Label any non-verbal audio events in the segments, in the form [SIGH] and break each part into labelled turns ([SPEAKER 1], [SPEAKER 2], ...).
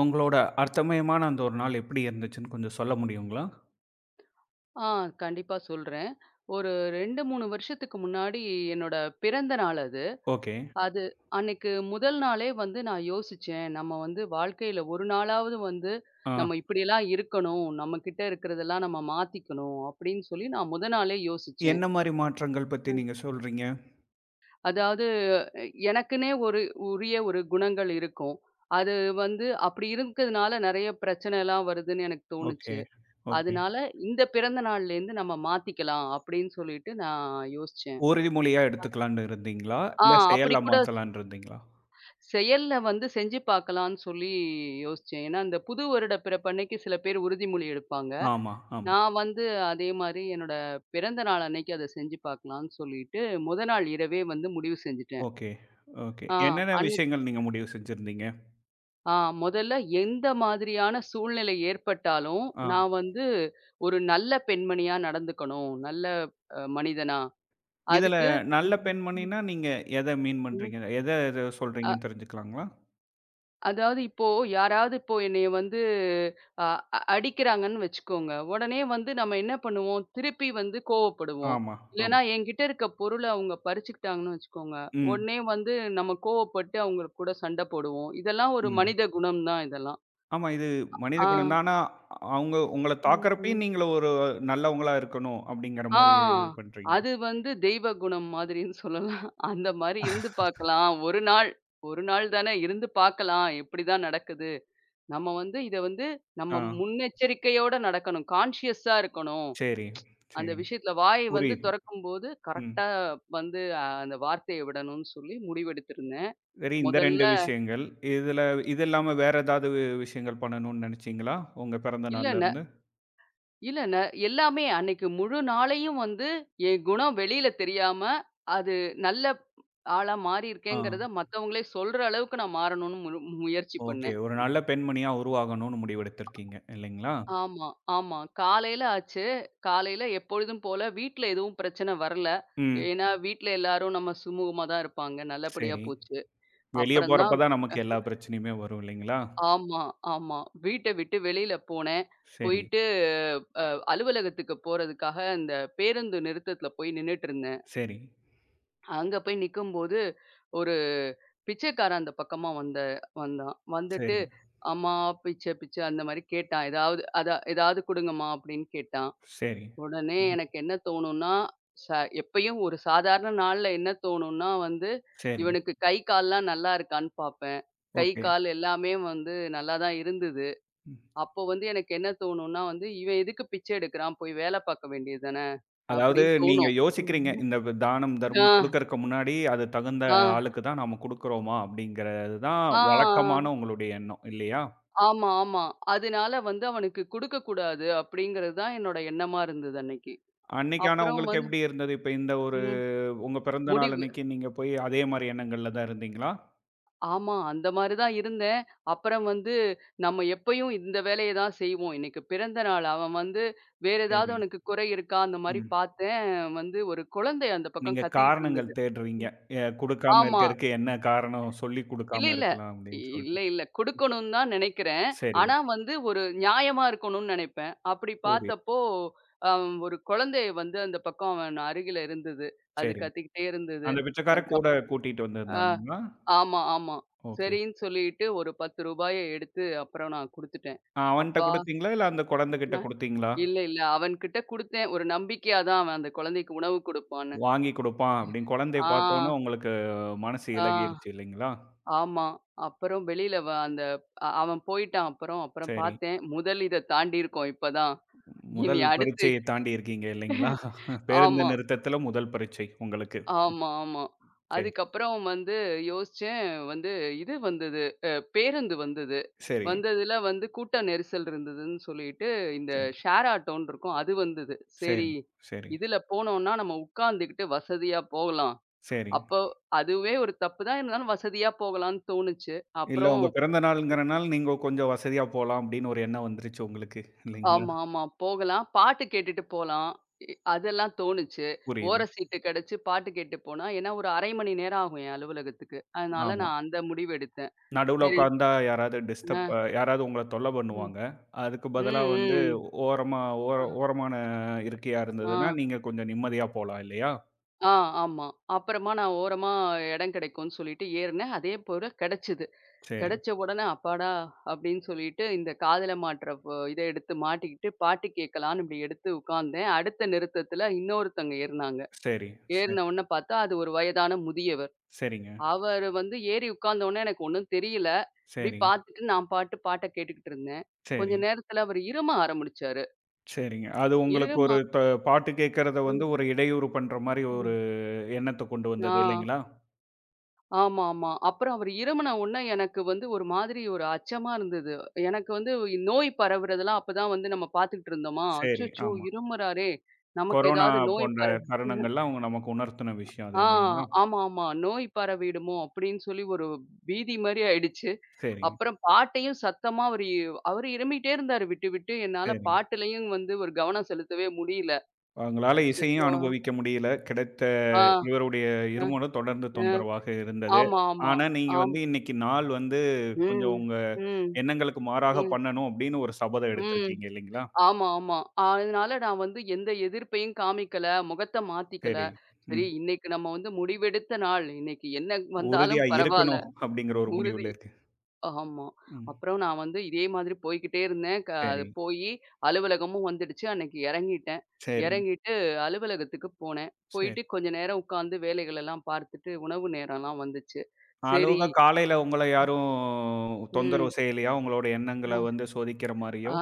[SPEAKER 1] உங்களோட அர்த்தமயமான அந்த ஒரு நாள் எப்படி இருந்துச்சுன்னு கொஞ்சம் சொல்ல முடியுங்களா?
[SPEAKER 2] ஆ கண்டிப்பா சொல்றேன். ஒரு 2, 3 வருஷத்துக்கு முன்னாடி என்னோட பிறந்த நாள் அது.
[SPEAKER 1] ஓகே.
[SPEAKER 2] அது அன்னைக்கு முதல் நாளே வந்து நான் யோசிச்சேன். நம்ம வந்து வாழ்க்கையில ஒரு நாளாவது வந்து
[SPEAKER 1] ஆ.
[SPEAKER 2] நம்ம இப்படியெல்லாம் இருக்கணும். நம்ம கிட்ட இருக்கிறதெல்லாம் நம்ம மாத்திக்கணும் அப்படின்னு சொல்லி நான் முத நாளே யோசிச்சேன்.
[SPEAKER 1] என்ன மாரி மாற்றங்கள் பத்தி
[SPEAKER 2] ம்.
[SPEAKER 1] நீங்க சொல்றீங்க?
[SPEAKER 2] அதாவது எனக்குன்னே ஒரு உரிய ஒரு குணங்கள் இருக்கும். அது வந்து அப்படி இருக்கிறதுனால நெறைய பிரச்சனைலாம் வருதுன்னு எனக்கு
[SPEAKER 1] ஓகே,
[SPEAKER 2] தோணுச்சு.
[SPEAKER 1] ஓகே.
[SPEAKER 2] அதனால இந்த பிறந்த நாள்லேருந்து நம்ம மாத்திக்கலாம் அப்படின்னு சொல்லிட்டு நான் யோசிச்சேன்.
[SPEAKER 1] உறுதிமொழியா எடுத்துக்கலான்னு இருந்தீங்களா?
[SPEAKER 2] ஆ
[SPEAKER 1] இல்ல
[SPEAKER 2] அப்படி
[SPEAKER 1] செயல்ல
[SPEAKER 2] கூட சொ-
[SPEAKER 1] மாத்தலான்னு இருந்தீங்களா?
[SPEAKER 2] செயல்ல வந்து செஞ்சு பார்க்கலான்னு சொல்லி யோசிச்சேன். ஏன்னா, இந்த புது வருட பிறப்பு அன்னைக்கு சில பேர் உறுதிமொழி எடுப்பாங்க.
[SPEAKER 1] ஆமா, ஆமா.
[SPEAKER 2] நான் வந்து அதே மாரி என்னோட பிறந்த நாள் அன்னைக்கு அத செஞ்சு பார்க்கலான்னு சொல்லிட்டு, முத நாள் இரவே வந்து முடிவு செஞ்சுட்டேன்.
[SPEAKER 1] Okay, okay.
[SPEAKER 2] ஆ
[SPEAKER 1] என்னென்ன
[SPEAKER 2] அன்னைக்கு
[SPEAKER 1] விஷயங்கள் நீங்க முடிவு செஞ்சிருந்தீங்க?
[SPEAKER 2] ஆ முதல்ல எந்த மாதிரியான சூழ்நிலை ஏற்பட்டாலும்,
[SPEAKER 1] ஆ.
[SPEAKER 2] நான் வந்து ஒரு நல்ல பெண்மணியா நடந்துக்கணும். நல்ல மனிதனா.
[SPEAKER 1] இதுல
[SPEAKER 2] அதுக்கு
[SPEAKER 1] நல்ல
[SPEAKER 2] ம். ம்.
[SPEAKER 1] பெண்மணின்னா நீங்க எத மீன்
[SPEAKER 2] ம்.
[SPEAKER 1] பண்றீங்க? எத எத சொல்றீங்கன்னு தெரிஞ்சுக்கலாங்களா?
[SPEAKER 2] அதாவது இப்போ யாராவது இப்போ என்னைய வந்து அ அ அடிக்கிறாங்கன்னு வச்சுக்கோங்க. உடனே வந்து நம்ம என்ன பண்ணுவோம், திருப்பி வந்து கோவப்படுவோம்.
[SPEAKER 1] ஆமா, ஆமா.
[SPEAKER 2] இல்லன்னா என்கிட்ட இருக்க பொருள அவங்க பறிச்சுக்கிட்டாங்கன்னு வச்சுக்கோங்க.
[SPEAKER 1] ம்,
[SPEAKER 2] உடனே வந்து நம்ம கோவப்பட்டு அவங்க கூட சண்டை போடுவோம். இதெல்லாம் ஒரு
[SPEAKER 1] ம்.
[SPEAKER 2] மனித குணம் தான் இதெல்லாம்.
[SPEAKER 1] ஆமா. இது மனித
[SPEAKER 2] ஆ.
[SPEAKER 1] குணம் தான். ஆனா, அவங்க உங்கள
[SPEAKER 2] ம்.
[SPEAKER 1] தாக்குறப்பயும் நீங்கள ஒரு நல்லவங்களா இருக்கணும் அப்படிங்கிற
[SPEAKER 2] ஆ.
[SPEAKER 1] மாரி இது பண்றீங்களா?
[SPEAKER 2] அது வந்து தெய்வ குணம் மாதிரின்னு சொல்லலாம். அந்த மாரி இருந்து பார்க்கலாம். ஒரு நாள், ஒரு நாள் தானே இருந்து பார்க்கலாம். எப்படிதான் நடக்குது? நம்ம வந்து இத வந்து
[SPEAKER 1] ஆ.
[SPEAKER 2] நம்ம முன்னெச்சரிக்கையோட நடக்கணும். கான்ஷியஸா இருக்கணும்.
[SPEAKER 1] சரி,
[SPEAKER 2] அந்த
[SPEAKER 1] சரி.
[SPEAKER 2] விஷயத்துல வாய் வந்து
[SPEAKER 1] புரியுது.
[SPEAKER 2] தொறக்கும்போது
[SPEAKER 1] ம்.
[SPEAKER 2] கரெக்ட்டா வந்து அந்த வார்த்தைய விடணும்னு சொல்லி முடிவெடுத்திருந்தேன்.
[SPEAKER 1] சரி இந்த
[SPEAKER 2] முதல்ல
[SPEAKER 1] 2 விஷயங்கள். இதுல இது இல்லாம வேற ஏதாவது விஷயங்கள் பண்ணணும்னு நெனச்சீங்களா? உங்க பிறந்த
[SPEAKER 2] இல்ல
[SPEAKER 1] நாள்ல
[SPEAKER 2] ந
[SPEAKER 1] இருந்து?
[SPEAKER 2] இல்ல ந எல்லாமே அன்னைக்கு முழு நாளையும் வந்து என் குணம் வெளியில தெரியாம, அது நல்ல ஆளா
[SPEAKER 1] ஆ.
[SPEAKER 2] மாறியிருக்கேங்கிறத மத்தவங்களே சொல்ற அளவுக்கு நான் மாறணும்னு முழு முயற்சி
[SPEAKER 1] ஓகே.
[SPEAKER 2] பண்ணேன்.
[SPEAKER 1] ஒரு நல்ல பெண்மணியா உருவாகணும்னு முடிவெடுத்திருக்கீங்க இல்லைங்களா?
[SPEAKER 2] ஆமா, ஆமா. காலையில ஆச்சு. காலையில எப்பொழுதும் போல வீட்ல எதுவும் பிரச்சனை வரல.
[SPEAKER 1] ம்.
[SPEAKER 2] ஏன்னா வீட்ல எல்லாரும் நம்ம சுமூகமா தான் இருப்பாங்க. நல்லபடியா
[SPEAKER 1] சரி.
[SPEAKER 2] போச்சு.
[SPEAKER 1] வெளிய
[SPEAKER 2] அப்புறம் தான்
[SPEAKER 1] போறப்ப தான் நமக்கு எல்லா பிரச்சனையுமே வரும் இல்லைங்களா?
[SPEAKER 2] ஆமா, ஆமா. வீட்ட விட்டு வெளியில போனேன்.
[SPEAKER 1] சரி,
[SPEAKER 2] போயிட்டு அலுவலகத்துக்கு போறதுக்காக அந்த பேருந்து நிறுத்தத்துல போய் நின்னுட்டு இருந்தேன்.
[SPEAKER 1] சரி,
[SPEAKER 2] அங்க போய் நிக்கும்போது ஒரு பிச்சைக்காரன் அந்த பக்கமா வந்தான். வந்துட்டு,
[SPEAKER 1] சரிங்க.
[SPEAKER 2] "அம்மா பிச்சை பிச்சை" அந்த மாரி கேட்டான். "ஏதாவது ஏதாவது குடுங்கம்மா" அப்படின்னு கேட்டான்.
[SPEAKER 1] சரி.
[SPEAKER 2] உடனே
[SPEAKER 1] ம்.
[SPEAKER 2] எனக்கு என்ன தோணும்னா, ச எப்பயும் ஒரு சாதாரண நாள்ல என்ன தோணும்னா வந்து,
[SPEAKER 1] சரி.
[SPEAKER 2] இவனுக்கு கை, கால்லாம் நல்லா இருக்கான்னு பார்ப்பேன். கை,
[SPEAKER 1] ஓகே.
[SPEAKER 2] கால் எல்லாமே வந்து நல்லா தான் இருந்தது.
[SPEAKER 1] ம்.
[SPEAKER 2] அப்போ வந்து எனக்கு என்ன தோணும்னா வந்து, "இவன் எதுக்கு பிச்சை எடுக்கிறான்? போய் வேல பார்க்க வேண்டியது தானே!"
[SPEAKER 1] அதாவது
[SPEAKER 2] அப்படின்னு
[SPEAKER 1] நீங்க
[SPEAKER 2] தோணும்.
[SPEAKER 1] யோசிக்கிறீங்க.
[SPEAKER 2] ம்ஹும்.
[SPEAKER 1] இந்த தானம்,
[SPEAKER 2] ஆ,
[SPEAKER 1] தர்மம் குடுக்கறக்கு முன்னாடி, அது தகுந்த
[SPEAKER 2] ஆ,
[SPEAKER 1] ஆளுக்கு தான் நாம குடுக்குறோமா? அப்படிங்கிறது தான்
[SPEAKER 2] ஆ,
[SPEAKER 1] வழக்கமான உங்களுடைய எண்ணம் இல்லையா?
[SPEAKER 2] ஆமா, ஆமா. அதனால வந்து அவனுக்கு குடுக்கக்கூடாது அப்படிங்கிறது தான் என்னோட எண்ணமா இருந்தது அன்னைக்கு.
[SPEAKER 1] அன்னைக்கு ஆனா
[SPEAKER 2] அப்புறம்
[SPEAKER 1] உங்களுக்கு
[SPEAKER 2] வந்து
[SPEAKER 1] எப்படி இருந்தது? இப்ப இந்த ஒரு
[SPEAKER 2] ம்
[SPEAKER 1] உங்க பிறந்த நாள்
[SPEAKER 2] முடிவு
[SPEAKER 1] அன்னைக்கு நீங்க போய் அதே மாரி எண்ணங்கள்ல தான் இருந்தீங்களா?
[SPEAKER 2] ஆமா. அந்த மாரி தான் இருந்தேன். அப்புறம் வந்து நம்ம எப்பயும் இந்த வேலைய தான் செய்வோம். இன்னைக்கு பிறந்த நாள். அவன் வந்து வேற ஏதாவது
[SPEAKER 1] சரி.
[SPEAKER 2] அவனுக்கு குறை இருக்கா? அந்த மாரி
[SPEAKER 1] ம்.
[SPEAKER 2] பார்த்தேன். வந்து ஒரு குழந்தை அந்த பக்கம்
[SPEAKER 1] நீங்க
[SPEAKER 2] கத்திக்கிட்டு
[SPEAKER 1] காரணங்கள்
[SPEAKER 2] இருந்தது.
[SPEAKER 1] தேடுறீங்க. குடுக்காம
[SPEAKER 2] ஆமா.
[SPEAKER 1] இருக்கறக்கு என்ன காரணம்? சொல்லி
[SPEAKER 2] இல்ல,
[SPEAKER 1] குடுக்காம
[SPEAKER 2] இல்ல.
[SPEAKER 1] இருக்கலாம் அப்படின்னு சொல்ட்டு.
[SPEAKER 2] இல்ல, இல்ல. குடுக்கணும்னு தான் நினைக்கிறேன்.
[SPEAKER 1] சரி.
[SPEAKER 2] ஆனா வந்து ஒரு நியாயமா இருக்கணும்னு நினைப்பேன். அப்படி
[SPEAKER 1] புரியுது.
[SPEAKER 2] பார்த்தப்போ, அ ஒரு குழந்தை வந்து அந்த பக்கம் அவன் அருகில இருந்தது. அது
[SPEAKER 1] சரி.
[SPEAKER 2] கத்திக்கிட்டே இருந்தது.
[SPEAKER 1] அந்த பிச்சைக்காரன் கூட
[SPEAKER 2] அதுக்கப்புறம்
[SPEAKER 1] கூட்டிட்டு
[SPEAKER 2] ஆ.
[SPEAKER 1] வந்திருந்தானுங்களா?
[SPEAKER 2] ஆமா, ஆமா.
[SPEAKER 1] ஓகே.
[SPEAKER 2] சரின்னு சொல்லிட்டு ஒரு ரூ. 10 எடுத்து அப்புறம் நான் குடுத்துட்டேன்.
[SPEAKER 1] அவன்ட்ட
[SPEAKER 2] அப்பா
[SPEAKER 1] குடுத்தீங்களா? இல்ல அந்த குழந்தைகிட்ட
[SPEAKER 2] அ
[SPEAKER 1] குடுத்தீங்களா?
[SPEAKER 2] இல்ல, இல்ல. அவன்கிட்ட குடுத்தேன். ஒரு நம்பிக்கையா தான் அவன் அந்த குழந்தைக்கு உணவு குடுப்பான்னு.
[SPEAKER 1] வாங்கி குடுப்பான் அப்படின்னு குழந்தைய
[SPEAKER 2] ஆ,
[SPEAKER 1] பார்த்தோனே உங்களுக்கு மனசு
[SPEAKER 2] ஆ,
[SPEAKER 1] இளகிருச்சு இல்லைங்களா?
[SPEAKER 2] ஆமா. அப்புறம் வெளியில அந்த அவன் போயிட்டான் அப்புறம். அப்புறம்
[SPEAKER 1] சரி.
[SPEAKER 2] பார்த்தேன். முதல் இத தாண்டியிருக்கோம் இப்பதான்.
[SPEAKER 1] முதல்
[SPEAKER 2] இனி அடுத்து
[SPEAKER 1] பரீட்சைய தாண்டி இருக்கீங்க இல்லைங்களா? [LAUGHS] பேருந்து
[SPEAKER 2] ஆமா.
[SPEAKER 1] நிறுத்தத்தில முதல் பரீட்சை உங்களுக்கு.
[SPEAKER 2] ஆமா, ஆமா.
[SPEAKER 1] சரி,
[SPEAKER 2] அதுக்கப்புறம் வந்து யோசிச்சேன் வந்து இது வந்தது, பேருந்து வந்தது.
[SPEAKER 1] சரி,
[SPEAKER 2] வந்ததுல வந்து கூட்ட நெரிசல் இருந்ததுன்னு சொல்லிட்டு, இந்த
[SPEAKER 1] சரி,
[SPEAKER 2] ஷேர் ஆட்டோன்னு இருக்கும். அது வந்தது.
[SPEAKER 1] சரி,
[SPEAKER 2] சரி,
[SPEAKER 1] சரி,
[SPEAKER 2] இதுல போனோம்னா நம்ம உட்காந்துக்கிட்டு வசதியா போகலாம்.
[SPEAKER 1] சரி.
[SPEAKER 2] அப்போ அதுவே ஒரு தப்பு தான் இருந்தாலும் வசதியா போகலான்னு தோணுச்சு.
[SPEAKER 1] இல்ல
[SPEAKER 2] அப்புறம்
[SPEAKER 1] உங்க பிறந்த நாளுங்கிறனால நீங்க கொஞ்சம் வசதியா போலாம் அப்படின்னு ஒரு எண்ணம் வந்துருச்சு உங்களுக்கு இல்லைங்களா?
[SPEAKER 2] ஆமா, ஆமா. போகலாம். பாட்டு கேட்டுட்டு போலாம். அதெல்லாம் தோணுச்சு. ஓர
[SPEAKER 1] புரியுது.
[SPEAKER 2] சீட்டு கிடைச்சு பாட்டு கேட்டு போனா, ஏன்னா ஒரு ½ மணி நேரம் ஆகும் என் அலுவலகத்துக்கு. அதனால
[SPEAKER 1] ஆமா.
[SPEAKER 2] நான் அந்த முடிவு எடுத்தேன்.
[SPEAKER 1] நடுவுல
[SPEAKER 2] சரி.
[SPEAKER 1] உட்கார்ந்தா யாராவது டிஸ்டர்ப்
[SPEAKER 2] அ,
[SPEAKER 1] யாராவது உங்கள தொல்ல
[SPEAKER 2] ம்.
[SPEAKER 1] பண்ணுவாங்க. அதுக்கு
[SPEAKER 2] ம்,
[SPEAKER 1] பதிலா வந்து
[SPEAKER 2] ம்.
[SPEAKER 1] ஓரமா
[SPEAKER 2] அ,
[SPEAKER 1] ஓரமான இருக்கையா
[SPEAKER 2] ஆ,
[SPEAKER 1] இருந்ததுன்னா, நீங்க கொஞ்சம் நிம்மதியா போலாம் இல்லையா?
[SPEAKER 2] ஆ, ஆமா. அப்புறமா நான் ஓரமா இடம் கிடைக்கும்னு சொல்லிட்டு ஏறுனேன். அதே போல கிடைச்சது.
[SPEAKER 1] சரி,
[SPEAKER 2] கிடைச்ச உடனே அப்பாடா! அப்படின்னு சொல்லிட்டு இந்த காதுல மாட்டுற இத எடுத்து மாட்டிக்கிட்டு பாட்டு கேட்கலான்னு இப்படி எடுத்து உட்கார்ந்தேன். அடுத்த நிறுத்தத்துல இன்னொருத்தவங்க ஏறுனாங்க.
[SPEAKER 1] சரி, சரி.
[SPEAKER 2] ஏறின உடனே பார்த்தா, அது ஒரு வயதான முதியவர்.
[SPEAKER 1] சரிங்க.
[SPEAKER 2] அவரு வந்து ஏறி உட்கார்ந்த உடனே எனக்கு ஒண்ணும் தெரியல. இப்படி
[SPEAKER 1] சரி,
[SPEAKER 2] பார்த்துட்டு நான் பாட்டு கேட்டுக்கிட்டு இருந்தேன். கொஞ்ச
[SPEAKER 1] சரி,
[SPEAKER 2] நேரத்துல அவரு இரும ஆரம்பிச்சாரு.
[SPEAKER 1] சரிங்க. அது உங்களுக்கு
[SPEAKER 2] இரும
[SPEAKER 1] ஒரு த பாட்டு கேட்கறத வந்து
[SPEAKER 2] ம்,
[SPEAKER 1] ஒரு இடையூறு பண்ற மாரி ஒரு
[SPEAKER 2] ம்.
[SPEAKER 1] எண்ணத்த கொண்டு
[SPEAKER 2] ஆ,
[SPEAKER 1] வந்தது இல்லைங்களா?
[SPEAKER 2] ஆமாமா. அப்புறம் அவரு இருமுன உடனே எனக்கு வந்து ஒரு மாதிரி ஒரு அச்சமா இருந்தது. எனக்கு வந்து நோய் பரவுறதெல்லாம் அப்பதான் வந்து நம்ம பார்த்துக்கிட்டு இருந்தோமா,
[SPEAKER 1] சரி,
[SPEAKER 2] அச்சச்சோ!
[SPEAKER 1] ஆமா.
[SPEAKER 2] இருமுறாரே! நமக்கு
[SPEAKER 1] கொரோனா
[SPEAKER 2] ஏதாவது நோய்
[SPEAKER 1] போன்ற
[SPEAKER 2] பரவு
[SPEAKER 1] தருணங்கள்ல அவங்க நமக்கு உணர்த்தின விஷயம் அது
[SPEAKER 2] ஆ,
[SPEAKER 1] இல்லைங்களா?
[SPEAKER 2] ஆமா, ஆமா. நோய் பரவிடுமோ! அப்பிடின்னு சொல்லி ஒரு பீதி மாரி ஆயிடுச்சு.
[SPEAKER 1] சரி,
[SPEAKER 2] அப்புறம் பாட்டையும் சத்தமா அவரு அவரு இருமிட்டே இருந்தாரு விட்டு, விட்டு. என்னால
[SPEAKER 1] சரிங்க.
[SPEAKER 2] பாட்டுலயும் வந்து ஒரு கவனம் செலுத்தவே முடியல.
[SPEAKER 1] அவங்களால இசையும்
[SPEAKER 2] அச்சச்சோ!
[SPEAKER 1] அனுபவிக்க முடியல. கிடைத்த
[SPEAKER 2] ஆ,
[SPEAKER 1] இவருடைய
[SPEAKER 2] அ,
[SPEAKER 1] இருமலும் தொடர்ந்து
[SPEAKER 2] அ.
[SPEAKER 1] தொந்தரவாக இருந்தது.
[SPEAKER 2] ஆமா, ஆமா.
[SPEAKER 1] ஆனா, நீங்க
[SPEAKER 2] ஆம்.
[SPEAKER 1] வந்து இன்னைக்கு நாள் வந்து
[SPEAKER 2] ம்,
[SPEAKER 1] கொஞ்சம் உங்க
[SPEAKER 2] ம்,
[SPEAKER 1] எண்ணங்களுக்கு மாறாக
[SPEAKER 2] ம்,
[SPEAKER 1] பண்ணணும் அப்படின்னு ஒரு சபதம்
[SPEAKER 2] ம்.
[SPEAKER 1] எடுத்திருக்கீங்க இல்லைங்களா?
[SPEAKER 2] ஆமா, ஆமா. அதனால நான் வந்து எந்த எதிர்ப்பையும் காமிக்கல. முகத்த மாத்திக்கல.
[SPEAKER 1] சரி.
[SPEAKER 2] சரி,
[SPEAKER 1] ம்.
[SPEAKER 2] இன்னக்கி நம்ம வந்து முடிவெடுத்த நாள். இன்னக்கி என்ன வந்தாலும்
[SPEAKER 1] உறுதியா
[SPEAKER 2] பரவால்ல.
[SPEAKER 1] இருக்கணும் அப்படிங்கிற ஒரு
[SPEAKER 2] உறுதி
[SPEAKER 1] முடிவுல இருக்கு.
[SPEAKER 2] ஆமா.
[SPEAKER 1] ம்.
[SPEAKER 2] அப்புறம் நான் வந்து இதே மாதிரி போய்க்கிட்டே இருந்தேன். அது
[SPEAKER 1] சரி,
[SPEAKER 2] போயி அலுவலகமும் வந்துடுச்சு. அன்னைக்கு இறங்கிட்டேன்.
[SPEAKER 1] சரிங்.
[SPEAKER 2] இறங்கிட்டு அலுவலகத்துக்கு போனேன்.
[SPEAKER 1] சரி.
[SPEAKER 2] போயிட்டு கொஞ்ச நேரம் உட்காந்து வேலைகள் எல்லாம் பார்த்துட்டு உணவு நேரம்லாம் வந்துச்சு. சரி,
[SPEAKER 1] அலோகா காலையில உங்கள யாரும் தொந்தரவு
[SPEAKER 2] ம்.
[SPEAKER 1] செய்யலையா? உங்களோட எண்ணங்கள
[SPEAKER 2] அ,
[SPEAKER 1] வந்து சோதிக்கிற மாரியோ?
[SPEAKER 2] ஆ.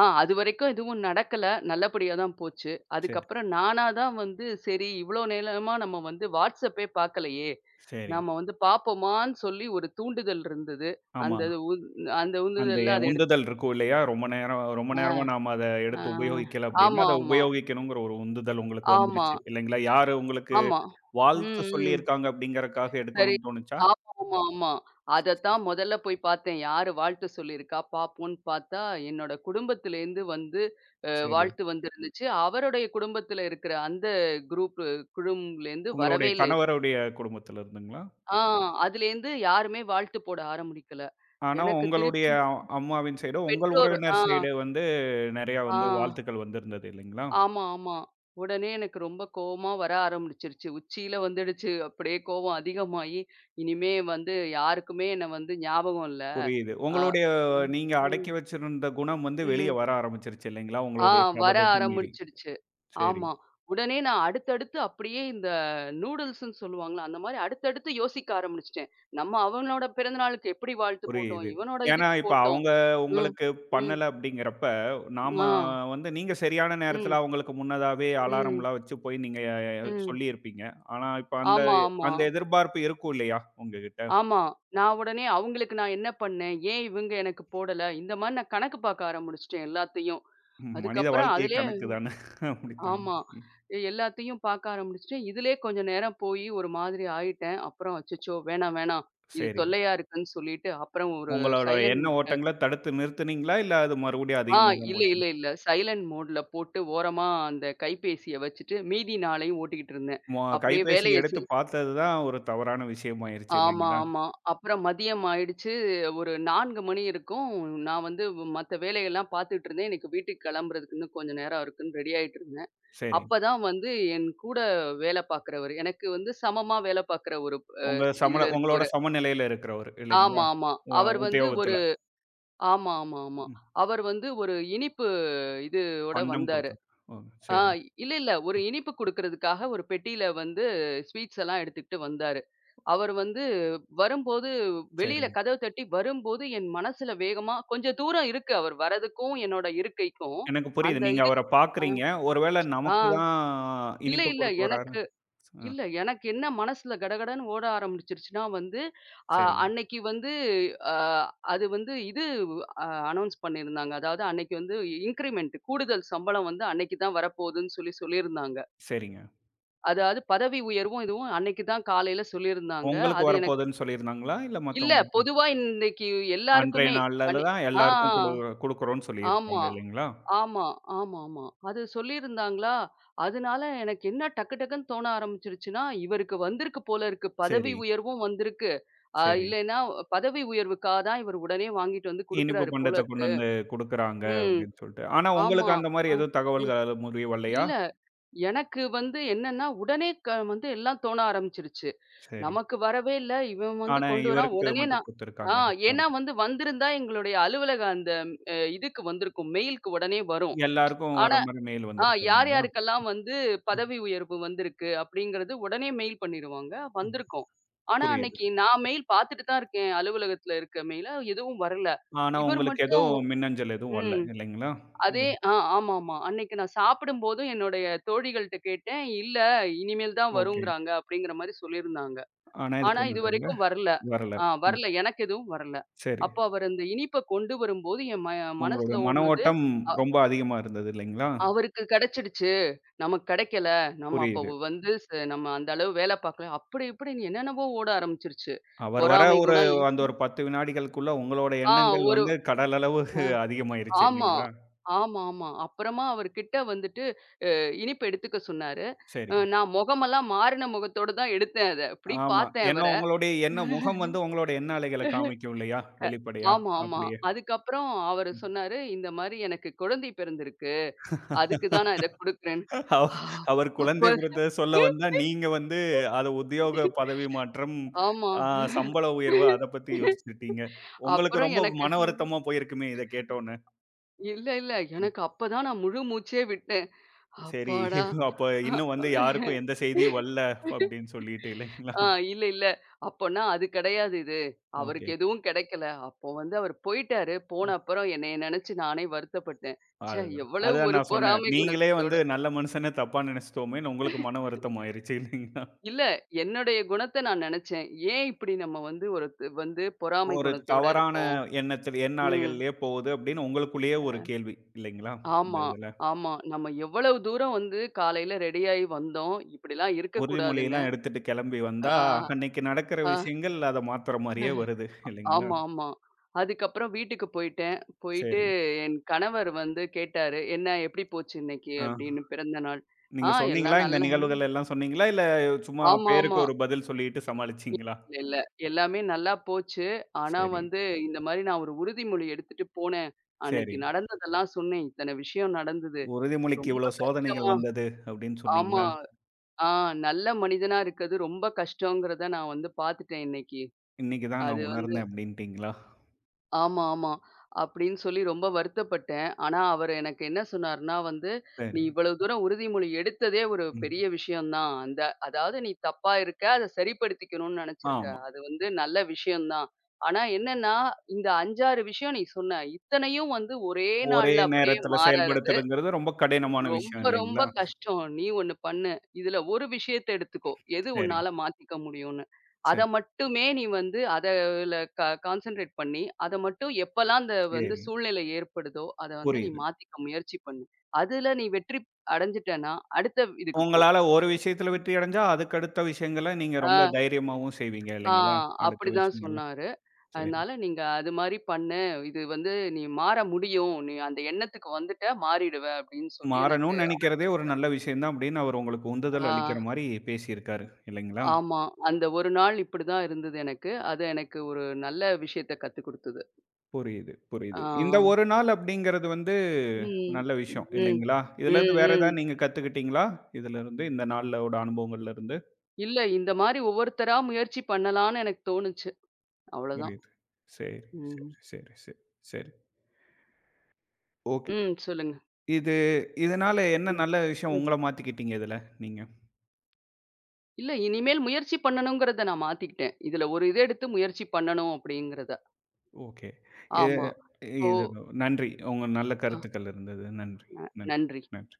[SPEAKER 2] அதுவரைக்கும் எதுவும் நடக்கல. நல்லபடியா தான் போச்சு.
[SPEAKER 1] சரி,
[SPEAKER 2] அதுக்கப்புறம் நானா தான் வந்து சரி இவ்ளோ நேரமா நம்ம வந்து WhatsAppே பார்க்கலையே!
[SPEAKER 1] சரி.
[SPEAKER 2] நாம வந்து பார்ப்போமான்னு சொல்லி ஒரு தூண்டுதல் இருந்தது.
[SPEAKER 1] ஆமா.
[SPEAKER 2] அந்த உந் அந்த
[SPEAKER 1] அந்த
[SPEAKER 2] உந்துதல்ல அத
[SPEAKER 1] உந்துதல் இருக்கும் இல்லையா? ரொம்ப நேரம் ரொம்ப நேரமா
[SPEAKER 2] எடுத்து
[SPEAKER 1] நாம அத
[SPEAKER 2] ஆ.
[SPEAKER 1] எடுத்து உபயோகிக்கல அப்படின்னா,
[SPEAKER 2] ஆமா,
[SPEAKER 1] அத
[SPEAKER 2] ஆமா,
[SPEAKER 1] உபயோகிக்கணுங்கிற ஒரு உந்துதல் உங்களுக்கு
[SPEAKER 2] ஆமா,
[SPEAKER 1] வந்துருச்சு இல்லைங்களா? யாரு உங்களுக்கு
[SPEAKER 2] ஆமா.
[SPEAKER 1] வாழ்த்து
[SPEAKER 2] ம், ம்.
[SPEAKER 1] சொல்லியிருக்காங்க அப்படிங்கிறக்காக
[SPEAKER 2] சரி.
[SPEAKER 1] எடுக்கணும்னு தோணுச்சா?
[SPEAKER 2] ஆமாமா, ஆமா. ஆமா. அதத்தான் முதல்ல போய் பார்த்தேன். யாரு வாழ்த்து சொல்லியிருக்கா பார்ப்போம்ன்னு பார்த்தா, என்னோட குடும்பத்திலேருந்து வந்து
[SPEAKER 1] சரி.
[SPEAKER 2] வாழ்த்து வந்திருந்துச்சு. அவருடைய குடும்பத்தில இருக்கிற அந்த குரூப் குழுமலேருந்து
[SPEAKER 1] உங்களுடைய
[SPEAKER 2] வரவே இல்ல எதுவும்.
[SPEAKER 1] கணவருடைய குடும்பத்துல இருந்துங்களா?
[SPEAKER 2] ஆ அதுலேருந்து யாருமே வாழ்த்து போட ஆரம்பிக்கல.
[SPEAKER 1] ஆனா,
[SPEAKER 2] எனக்கு
[SPEAKER 1] உங்களுடைய
[SPEAKER 2] திருப்பி
[SPEAKER 1] அம்மாவின் சைடோ, உங்கள்
[SPEAKER 2] பெற்றோர்
[SPEAKER 1] உறவினர்
[SPEAKER 2] ஆ,
[SPEAKER 1] சைடு வந்து நெறையா
[SPEAKER 2] ஆ.
[SPEAKER 1] வந்து வாழ்த்துக்கள் வந்திருந்தது இல்லைங்களா?
[SPEAKER 2] ஆமா, ஆமா. உடனே எனக்கு ரொம்ப கோவமா வர ஆரம்பிச்சுருச்சு. உச்சியில வந்துடுச்சு. அப்படியே கோவம் அதிகமாயி, இனிமே வந்து யாருக்குமே என்ன வந்து ஞாபகம் இல்ல.
[SPEAKER 1] புரியுது.
[SPEAKER 2] அ,
[SPEAKER 1] உங்களுடைய
[SPEAKER 2] ம்,
[SPEAKER 1] நீங்க
[SPEAKER 2] ம்,
[SPEAKER 1] அடக்கி வச்சிருந்த குணம் வந்து வெளிய
[SPEAKER 2] ம்.
[SPEAKER 1] வர ஆரம்பிச்சிருச்சு இல்லைங்களா?
[SPEAKER 2] ஆ
[SPEAKER 1] உங்களுடைய
[SPEAKER 2] வர
[SPEAKER 1] சபதத்தை மீறி.
[SPEAKER 2] ஆரம்பிச்சுடுச்சு.
[SPEAKER 1] சரி,
[SPEAKER 2] ஆமா. உடனே நான் அடுத்தடுத்து அப்படியே இந்த நூடுல்ஸ்ன்னு சொல்லுவாங்கல்ல, அந்த மாரி அடுத்தடுத்து யோசிக்க ஆரம்பிச்சுட்டேன். நம்ம அவனோட பிறந்த நாளுக்கு எப்படி வாழ்த்து போட்டோம்?
[SPEAKER 1] புரியுது.
[SPEAKER 2] இவனோட
[SPEAKER 1] ஏன்னா,
[SPEAKER 2] இதுக்கு
[SPEAKER 1] இப்ப
[SPEAKER 2] போட்டோம்.
[SPEAKER 1] அவங்க
[SPEAKER 2] ம்,
[SPEAKER 1] உங்களுக்கு
[SPEAKER 2] ம்,
[SPEAKER 1] பண்ணல அப்படிங்கிறப்ப, நாம
[SPEAKER 2] ஆ,
[SPEAKER 1] வந்து நீங்க சரியான
[SPEAKER 2] ம்,
[SPEAKER 1] நேரத்துல அவங்களுக்கு முன்னதாவே
[SPEAKER 2] ம்,
[SPEAKER 1] அலாரம்லாம் வச்சு போய் நீங்க
[SPEAKER 2] ம்.
[SPEAKER 1] சொல்லியிருப்பீங்க. ஆனா, இப்ப அந்த
[SPEAKER 2] ஆமா, ஆமா.
[SPEAKER 1] அந்த எதிர்பார்ப்பு இருக்கும் இல்லையா உங்ககிட்ட?
[SPEAKER 2] ஆமா. நான் உடனே அவங்களுக்கு நான் என்ன பண்ணேன்? ஏன் இவங்க எனக்கு போடல? இந்த மாரி நான் கணக்கு பார்க்க ஆரம்பிச்சுட்டேன் எல்லாத்தையும்.
[SPEAKER 1] ம் மனித
[SPEAKER 2] அதுக்கப்புறம்
[SPEAKER 1] வாழ்க்கை
[SPEAKER 2] அதிலயே
[SPEAKER 1] கணக்கு தானே. அப்படித்தானே.
[SPEAKER 2] ஆமா.
[SPEAKER 1] ம்.
[SPEAKER 2] எல்லாத்தையும் பார்க்க ஆரம்பிச்சுட்டேன். இதிலயே கொஞ்சம் நேரம் போயி ஒரு மாதிரி ஆயிட்டேன். அப்புறம் அச்சச்சோ! வேணாம், வேணாம். இது
[SPEAKER 1] சரி.
[SPEAKER 2] தொல்லையா இருக்குன்னு சொல்லிட்டு அப்புறம் ஒரு
[SPEAKER 1] உங்களோட
[SPEAKER 2] சைலன்ட்
[SPEAKER 1] எண்ண ஓட்டங்கள தடுத்து நிறுத்துனீங்களா? இல்ல அது மறுபடியும்
[SPEAKER 2] ஆ
[SPEAKER 1] அதிகமா தான்
[SPEAKER 2] இல்ல, இல்ல,
[SPEAKER 1] போச்சுங்களா?
[SPEAKER 2] இல்ல. சைலன்ட் மோட்ல போட்டு ஓரமா அந்த கைபேசிய வச்சுட்டு மீதி நாளையும் ஓட்டிக்கிட்டு இருந்தேன்.
[SPEAKER 1] மொ
[SPEAKER 2] அப்படியே
[SPEAKER 1] கைபேசி
[SPEAKER 2] வேலைய
[SPEAKER 1] எடுத்து பார்த்தது தான் ஒரு தவறான விஷயமாயிருச்சு
[SPEAKER 2] ஆமா,
[SPEAKER 1] இல்லைங்களா?
[SPEAKER 2] ஆமா. அப்புறம் மதியம் ஆயிடுச்சு. ஒரு 4 மணி இருக்கும். நான் வந்து மத்த வேலையெல்லாம் பார்த்துட்டு இருந்தேன். எனக்கு வீட்டுக்கு கிளம்புறதுக்கு இன்னும் கொஞ்சம் நேரம் இருக்குன்னு ரெடி ஆயிட்டு இருந்தேன்.
[SPEAKER 1] சரி.
[SPEAKER 2] அப்பதான் வந்து என் கூட வேலை பார்க்கிறவரு, எனக்கு வந்து சமமா வேலை பார்க்கிற ஒரு அ
[SPEAKER 1] உங்க
[SPEAKER 2] இதுல
[SPEAKER 1] சமல உங்களோட
[SPEAKER 2] இருக்கவரு
[SPEAKER 1] சமநிலையில இருக்கிறவரு இல்லைங்களா?
[SPEAKER 2] ஆமா, ஆமா.
[SPEAKER 1] உ
[SPEAKER 2] அவர் வந்து ஒரு
[SPEAKER 1] உத்தியோகத்துல.
[SPEAKER 2] ஆமா, ஆமா, ஆமா.
[SPEAKER 1] ம்.
[SPEAKER 2] அவர் வந்து ஒரு இனிப்பு இதோட
[SPEAKER 1] பண்டம்
[SPEAKER 2] வந்தாரு.
[SPEAKER 1] குடுத்தாங்க. ஓ!
[SPEAKER 2] ஆ
[SPEAKER 1] சரிங்க,
[SPEAKER 2] இல்ல, இல்ல. ஒரு இனிப்பு குடுக்குறதுக்காக ஒரு பெட்டியில வந்து ஸ்வீட்ஸ் எல்லாம் எடுத்துக்கிட்டு வந்தாரு. அவர் வந்து வரும்போது வெளியில
[SPEAKER 1] சரிங்க.
[SPEAKER 2] கதவ தட்டி வரும்போது என் மனசுல வேகமா கொஞ்சம் தூரம் இருக்கு அவர் வரதுக்கும், என்னோட இருக்கைக்கும்.
[SPEAKER 1] எனக்கு புரியுது.
[SPEAKER 2] அந்த
[SPEAKER 1] நீங்க அவர
[SPEAKER 2] இதுக்கும்
[SPEAKER 1] பார்க்குறீங்க. ஒருவேள
[SPEAKER 2] ஆ,
[SPEAKER 1] நமக்கு
[SPEAKER 2] ஆ.
[SPEAKER 1] தான்
[SPEAKER 2] இல்ல,
[SPEAKER 1] இனிப்பு
[SPEAKER 2] இல்ல.
[SPEAKER 1] குடுக்க வராரு. ஆ
[SPEAKER 2] எனக்கு என்ன மனசுல கடகடன்னு ஓட ஆரம்பிச்சுருச்சுன்னா வந்து, அ
[SPEAKER 1] சரிங்க,
[SPEAKER 2] அன்னைக்கு வந்து அ அது வந்து இது அ அனௌன்ஸ் பண்ணியிருந்தாங்க. அதாவது அன்னைக்கு வந்து இன்கிரிமென்ட் கூடுதல் சம்பளம் வந்து அன்னைக்கு தான் வரப்போகுதுன்னு சொல்லி சொல்லியிருந்தாங்க.
[SPEAKER 1] சரிங்க.
[SPEAKER 2] அதாவது பதவி உயர்வும் இதுவும் அன்னைக்கு தான் காலையில சொல்லியிருந்தாங்க.
[SPEAKER 1] உங்களுக்கு
[SPEAKER 2] அது எனக்கு
[SPEAKER 1] வரப்போதுன்னு சொல்லியிருந்தாங்களா? இல்ல
[SPEAKER 2] இல்ல
[SPEAKER 1] மத்தவங்களுக்கு?
[SPEAKER 2] பொதுவா இன்னைக்கு
[SPEAKER 1] அன்றைய
[SPEAKER 2] எல்லாருக்குமே
[SPEAKER 1] நாள்ல
[SPEAKER 2] பணி
[SPEAKER 1] தான்
[SPEAKER 2] ஆ
[SPEAKER 1] எல்லாருக்கும் குடுக்குறோம்ன்னு சொல்லியிருக்காங்க
[SPEAKER 2] ஆமா,
[SPEAKER 1] இல்லைங்களா?
[SPEAKER 2] ஆமா, ஆமாமா. அது சொல்லியிருந்தாங்களா, அதனால எனக்கு என்ன டக்கு டக்குன்னு தோண ஆரம்பிச்சுருச்சுன்னா, இவருக்கு வந்திருக்கு போல இருக்கு. பதவி
[SPEAKER 1] சரி.
[SPEAKER 2] உயர்வும் வந்திருக்கு. அ
[SPEAKER 1] சரி.
[SPEAKER 2] இல்லைன்னா பதவி உயர்வுக்காக தான் இவர் உடனே வாங்கிட்டு வந்து
[SPEAKER 1] இனிப்பு
[SPEAKER 2] குடுக்குறாரு போல
[SPEAKER 1] பண்டத்த கொண்டு
[SPEAKER 2] இருக்கு.
[SPEAKER 1] வந்து குடுக்குறாங்க
[SPEAKER 2] ம்.
[SPEAKER 1] அப்படின்னு சொல்லிட்டு. ஆனா
[SPEAKER 2] ஆமா.
[SPEAKER 1] உங்களுக்கு அந்த மாரி
[SPEAKER 2] அ.
[SPEAKER 1] எதுவும்
[SPEAKER 2] இ
[SPEAKER 1] தகவல்கள் முடிவு வரலையா?
[SPEAKER 2] இல்ல. எனக்கு வந்து என்னன்னா, உடனே வந்து எல்லாம் தோண ஆரம்பிச்சுருச்சு.
[SPEAKER 1] சரி.
[SPEAKER 2] நமக்கு வரவே இல்ல. இவன் வந்து
[SPEAKER 1] ஆனா
[SPEAKER 2] கொண்டு வரான்.
[SPEAKER 1] இவருக்கு
[SPEAKER 2] உடனே
[SPEAKER 1] மட்டும்
[SPEAKER 2] நான் ஆ
[SPEAKER 1] குடுத்துருக்காங்க. ஆமா.
[SPEAKER 2] ஏன்னா வந்து வந்திருந்தா எங்களுடைய அலுவலக அந்த இதுக்கு வந்திருக்கும். மெயிலுக்கு உடனே வரும்.
[SPEAKER 1] எல்லாருக்கும் வர
[SPEAKER 2] ஆனா
[SPEAKER 1] மாரி மெயில்
[SPEAKER 2] ஆ
[SPEAKER 1] வந்திருக்கும்
[SPEAKER 2] யார்
[SPEAKER 1] இல்லைங்களா?
[SPEAKER 2] யாருக்கெல்லாம் வந்து
[SPEAKER 1] ம்,
[SPEAKER 2] பதவி உயர்வு வந்திருக்கு அப்படிங்கிறது உடனே மெயில் பண்ணிருவாங்க.
[SPEAKER 1] ம்.
[SPEAKER 2] வந்திருக்கும். ஆனா
[SPEAKER 1] புரியுது.
[SPEAKER 2] அன்னைக்கு நான் மெயில் பார்த்துட்டு தான் இருக்கேன். அலுவலகத்துல இருக்க மெயில. எதுவும் வரல.
[SPEAKER 1] ஆனா
[SPEAKER 2] இவர்
[SPEAKER 1] உங்களுக்கு
[SPEAKER 2] மட்டும்
[SPEAKER 1] எதுவும் மின்னஞ்சல் எதுவும் வரல
[SPEAKER 2] ம்.
[SPEAKER 1] இல்லைங்களா?
[SPEAKER 2] அதே
[SPEAKER 1] ம்.
[SPEAKER 2] ஆ ஆமாமா. அன்னைக்கு நான் சாப்பிடும்போதும் என்னுடைய தோழிகள்ட்ட கேட்டேன். "இல்ல, இனிமேல் தான்
[SPEAKER 1] ஓகே.
[SPEAKER 2] வருங்கிறாங்க." அப்படிங்கிற மாரி சொல்லியிருந்தாங்க.
[SPEAKER 1] ஆனா
[SPEAKER 2] ஆனா
[SPEAKER 1] இதுக்கு நடுவுல
[SPEAKER 2] இதுவரைக்கும் வரல.
[SPEAKER 1] வரல.
[SPEAKER 2] ஆ
[SPEAKER 1] ம்.
[SPEAKER 2] வரல. எனக்கு எதுவும் வரல.
[SPEAKER 1] சரி.
[SPEAKER 2] அப்போ அவரு அந்த இனிப்ப கொண்டு வரும்போது என்
[SPEAKER 1] உங்களுடைய
[SPEAKER 2] மனசுல
[SPEAKER 1] மன
[SPEAKER 2] ஓடுனது,
[SPEAKER 1] ஓட்டம்
[SPEAKER 2] அ
[SPEAKER 1] ரொம்ப அதிகமா இருந்தது இல்லைங்களா?
[SPEAKER 2] அவருக்கு கிடைச்சிடுச்சு. நமக்கு கிடைக்கல. நம்ம அப்போ
[SPEAKER 1] புரியுது.
[SPEAKER 2] வந்து நம்ம அந்த அளவு வேல பார்க்கல. அப்படி இப்படின்னு என்னென்னவோ ஓட ஆரம்பிச்சுருச்சு.
[SPEAKER 1] அவர் வர
[SPEAKER 2] பொறாமை
[SPEAKER 1] ஒரு
[SPEAKER 2] குணம் எ
[SPEAKER 1] அந்த ஒரு 10 வினாடிகளுக்குள்ள உங்களோட
[SPEAKER 2] ஆ
[SPEAKER 1] எண்ணங்கள்
[SPEAKER 2] ஒரு
[SPEAKER 1] வந்து கடல் அளவு
[SPEAKER 2] ஆ.
[SPEAKER 1] அதிகமாயிருச்சு
[SPEAKER 2] ஆமா.
[SPEAKER 1] இல்லைங்களா?
[SPEAKER 2] ஆமாமா. அப்புறமா அவர்கிட்ட வந்துட்டு அ இனிப்பு எடுத்துக்க சொன்னாரு.
[SPEAKER 1] சரி.
[SPEAKER 2] நான் முகமெல்லாம் மாறின முகத்தோட தான் எடுத்தேன் அத. அப்படி
[SPEAKER 1] ஆமா.
[SPEAKER 2] பார்த்தேன்
[SPEAKER 1] ஏன்னா
[SPEAKER 2] அவர.
[SPEAKER 1] உங்களுடைய எண்ண முகம் வந்து உங்களோட எண்ண அலைகள காமிக்கும் இல்லையா? வெளிப்படையா
[SPEAKER 2] ஆமா, ஆமா.
[SPEAKER 1] அப்படியே.
[SPEAKER 2] அதுக்கப்புறம் அவரு சொன்னாரு, "இந்த மாரி எனக்கு குழந்தை பிறந்திருக்கு. அதுக்கு தான் நான் இத
[SPEAKER 1] [LAUGHS]
[SPEAKER 2] குடுக்குறேன்."
[SPEAKER 1] அவ அவர்
[SPEAKER 2] அப்ப
[SPEAKER 1] குழந்தை பிறந்தத சொல்ல வந்தா, நீங்க வந்து அது உத்தியோக பதவி மாற்றம்,
[SPEAKER 2] ஆமா.
[SPEAKER 1] ஆ சம்பள உயர்வு அத பத்தி யோசிச்சுட்டீங்க. உங்களுக்கு
[SPEAKER 2] அப்புறம்
[SPEAKER 1] ரொம்ப
[SPEAKER 2] எனக்கு
[SPEAKER 1] மன வருத்தமா போயிருக்குமே இத கேட்டோனே.
[SPEAKER 2] இல்ல, இல்ல.
[SPEAKER 1] ம்.
[SPEAKER 2] எனக்கு அப்ப தான் நான் முழு மூச்சே விட்டேன்.
[SPEAKER 1] சரி
[SPEAKER 2] அப்பாடா!
[SPEAKER 1] [LAUGHS] அப்ப இன்னும் வந்து யாருக்கும் எந்த செய்தியும் வரல அப்படின்னு சொல்லிட்டு இல்லைங்களா?
[SPEAKER 2] ஆ இல்ல, இல்ல. அப்பன்னா அது கிடையாது இது.
[SPEAKER 1] ஓகே.
[SPEAKER 2] அவருக்கு எதுவும் கிடைக்கல. அப்போ வந்து அவர் போயிட்டாரு.
[SPEAKER 1] ம்.
[SPEAKER 2] போன அப்புறம் என்னைய நினைச்சு நானே வருத்தப்பட்டேன். ச்சே!
[SPEAKER 1] அதுதான்.
[SPEAKER 2] எவ்வளவு
[SPEAKER 1] அதான்
[SPEAKER 2] ஒரு
[SPEAKER 1] நான் சொன்னேன்.
[SPEAKER 2] பொறாமை
[SPEAKER 1] நீங்களே
[SPEAKER 2] குணத்தோட
[SPEAKER 1] வந்து நல்ல மனுஷன தப்பா நெனைச்சுட்டோமேன்னு உங்களுக்கு மன வருத்தம் ஆயிருச்சு இல்லைங்களா?
[SPEAKER 2] இல்ல என்னுடைய குணத்த நான் நினைச்சேன். ஏன் இப்படி நம்ம வந்து ஒரு வந்து பொறாமை
[SPEAKER 1] ஒரு
[SPEAKER 2] குணத்தோட
[SPEAKER 1] தவறான
[SPEAKER 2] இருக்கோம்?
[SPEAKER 1] எண்ணத்தில்
[SPEAKER 2] ம்.
[SPEAKER 1] எண்ணாலைகள்லயே போகுது அப்படின்னு உங்களுக்குள்ளேயே ஒரு கேள்வி இல்லைங்களா? இந்த
[SPEAKER 2] ஆமா,
[SPEAKER 1] இதுல.
[SPEAKER 2] ஆமா. நம்ம எவ்வளவு தூரம் வந்து காலையில ரெடியாயி வந்தோம். இப்படிலாம் இருக்கக்கூடாதுன்னு.
[SPEAKER 1] உறுதிமொழியெல்லாம் எடுத்துட்டு கிளம்பி வந்தா,
[SPEAKER 2] ஆ,
[SPEAKER 1] அன்னைக்கு நடக்கிற
[SPEAKER 2] ஆ.
[SPEAKER 1] விஷயங்கள் அத மாத்துற மாரியே வருது இல்லைங்களா?
[SPEAKER 2] ஆமா, ஆமா. அதுக்கப்புறம் வீட்டுக்கு போயிட்டேன். போயிட்டு
[SPEAKER 1] சரி.
[SPEAKER 2] என் கணவர் வந்து கேட்டாரு, "என்ன எப்படி போச்சு இன்னைக்கு?"
[SPEAKER 1] ஆ.
[SPEAKER 2] அப்படின்னு பிறந்த நாள்.
[SPEAKER 1] நீங்க
[SPEAKER 2] ஆ
[SPEAKER 1] சொன்னீங்களா?
[SPEAKER 2] எல்லாம்
[SPEAKER 1] இந்த
[SPEAKER 2] நல்லா
[SPEAKER 1] நிகழ்வுகள் எல்லாம் சொன்னீங்களா? இல்ல சும்மா
[SPEAKER 2] ஆமா,
[SPEAKER 1] பேருக்கு
[SPEAKER 2] ஆமா.
[SPEAKER 1] ஒரு பதில் சொல்லிட்டு சமாளிச்சீங்களா?
[SPEAKER 2] இல்ல, இல்ல. எல்லாமே நல்லா போச்சு. ஆனா
[SPEAKER 1] சரி,
[SPEAKER 2] வந்து இந்த மாரி நான் ஒரு உறுதிமொழி எடுத்துட்டு போனேன். அன்னைக்கு
[SPEAKER 1] சரி.
[SPEAKER 2] நடந்ததெல்லாம் சொன்னேன். இத்தன விஷயம் நடந்தது.
[SPEAKER 1] உறுதிமொழிக்கு
[SPEAKER 2] ரொம்ப
[SPEAKER 1] இவ்வளோ சோதனைகள்
[SPEAKER 2] கஷ்டமா
[SPEAKER 1] வந்தது அப்படின்னு
[SPEAKER 2] ஆமா.
[SPEAKER 1] சொன்னீங்களா?
[SPEAKER 2] ஆ நல்ல மனிதனா இருக்கிறது ரொம்ப கஷ்டங்கிறத நான் வந்து பார்த்துட்டேன் இன்னைக்கு.
[SPEAKER 1] இன்னைக்கு தான்
[SPEAKER 2] அது
[SPEAKER 1] நான்
[SPEAKER 2] வந்து
[SPEAKER 1] உணர்ந்தேன் அப்படின்ட்டீங்களா?
[SPEAKER 2] ஆமா, ஆமா. அப்படின்னு சொல்லி ரொம்ப வருத்தப்பட்டேன். ஆனா, அவரு எனக்கு என்ன சொன்னாருன்னா வந்து, "நீ
[SPEAKER 1] சரி.
[SPEAKER 2] இவ்வளவு தூரம் உறுதிமொழி எடுத்ததே ஒரு
[SPEAKER 1] ம்.
[SPEAKER 2] பெரிய விஷயம் தான். அந்த அதாவது நீ தப்பா இருக்க. அத சரிப்படுத்திக்கணும்னு நெனச்சிருக்க.
[SPEAKER 1] ஆமா.
[SPEAKER 2] அது வந்து நல்ல விஷயம் தான். ஆனா என்னன்னா, இந்த 5, 6 விஷயம் நீ சொன்ன. இத்தனையும் வந்து ஒரே
[SPEAKER 1] ஒரே
[SPEAKER 2] நாள்ல அப்படியே
[SPEAKER 1] நேரத்தில
[SPEAKER 2] மாறறது."
[SPEAKER 1] செயல்படுத்துறதுங்கிறது ரொம்ப கடினமான விஷயம்
[SPEAKER 2] ரொம்ப ரொம்ப
[SPEAKER 1] இல்லைங்களா?
[SPEAKER 2] கஷ்டம். நீ ஒண்ணு பண்ணு. இதுல ஒரு விஷயத்த எடுத்துக்கோ. எது
[SPEAKER 1] சரி.
[SPEAKER 2] உன்னால மாத்திக்க முடியும்னு. அத
[SPEAKER 1] சரி,
[SPEAKER 2] மட்டுமே நீ வந்து அதுல கான்சன்ட்ரேட் பண்ணி, அத மட்டும் எப்பலாம் அந்த வந்து
[SPEAKER 1] சரி.
[SPEAKER 2] சூழ்நிலை ஏற்படுதோ, அத வந்து நீ
[SPEAKER 1] புரியுது.
[SPEAKER 2] மாத்திக்க முயற்சி பண்ணு. அதுல நீ வெற்றி அடைஞ்சுட்டன்னா, அடுத்த இதுக்கு போ.
[SPEAKER 1] உங்களால ஒரு விஷயத்துல வெற்றி அடைஞ்சா, அதுக்கு அடுத்த விஷயங்கள நீங்க ரொம்ப
[SPEAKER 2] ஆ,
[SPEAKER 1] தைரியமாவும் செய்வீங்க
[SPEAKER 2] ஆ
[SPEAKER 1] இல்லைங்களா? அடுத்த
[SPEAKER 2] அப்படிதான்
[SPEAKER 1] விஷயங்கள்ல.
[SPEAKER 2] சொன்னாரு.
[SPEAKER 1] சரி.
[SPEAKER 2] அதனால நீங்க அது மாரி பண்ணு. இது வந்து நீ மாற முடியும். நீ அந்த எண்ணத்துக்கு வந்துட்ட மாறிடுவ அப்படின்னு சொல்லி எனக்கு
[SPEAKER 1] மாறணும்னு நெனைக்கிறதே
[SPEAKER 2] ஆறுதல்
[SPEAKER 1] ஒரு
[SPEAKER 2] சொன்னாரு.
[SPEAKER 1] நல்ல விஷயம் தான் அப்படின்னு அவர் உங்களுக்கு உந்துதல்
[SPEAKER 2] ஆ.
[SPEAKER 1] அளிக்கிற மாரி பேசியிருக்காரு இல்லைங்களா?
[SPEAKER 2] ஆமா. அந்த ஒரு நாள் இப்படிதான் இருந்தது எனக்கு. அது எனக்கு ஒரு நல்ல விஷயத்த கத்துக் குடுத்தது.
[SPEAKER 1] புரியுது,
[SPEAKER 2] ஆ.
[SPEAKER 1] புரியுது. இந்த ஒரு நாள் அப்படிங்கிறது வந்து
[SPEAKER 2] ம்.
[SPEAKER 1] நல்ல
[SPEAKER 2] ம்.
[SPEAKER 1] விஷயம்
[SPEAKER 2] ம்.
[SPEAKER 1] இல்லைங்களா? இதுலருந்து வேற
[SPEAKER 2] ம்.
[SPEAKER 1] ஏதாவது நீங்க கத்துக்கிட்டீங்களா? இதுலருந்து இந்த நாளோட அனுபவங்கள்ல இருந்து?
[SPEAKER 2] இல்ல இந்த மாரி ஒவ்வொருத்தரா முயற்சி பண்ணலான்னு எனக்கு தோணுச்சு. அவ்வளோதான்.
[SPEAKER 1] புரியுது. சரி, சரி,
[SPEAKER 2] ம்.
[SPEAKER 1] சரி, சரி, சரி. ஓகே.
[SPEAKER 2] ம். சொல்லுங்க.
[SPEAKER 1] இது இதனால என்ன
[SPEAKER 2] ம்.
[SPEAKER 1] நல்ல விஷயம்
[SPEAKER 2] ம்.
[SPEAKER 1] உங்கள மாத்திக்கிட்டீங்க இதுல நீங்க?
[SPEAKER 2] இல்ல இனிமேல் முயற்சி பண்ணணுங்கிறத நான் மாத்திக்கிட்டேன். இதுல ஒரு இத எடுத்து முயற்சி பண்ணணும் அப்படிங்கிறத.
[SPEAKER 1] ஓகே. எ
[SPEAKER 2] ஆமா. ஓ!
[SPEAKER 1] இது நன்றி. உங்க நல்ல
[SPEAKER 2] அ
[SPEAKER 1] கருத்துக்கள் இருந்தது. நன்றி,
[SPEAKER 2] ந
[SPEAKER 1] நன்றி,
[SPEAKER 2] நன்றி.
[SPEAKER 1] நன்றி.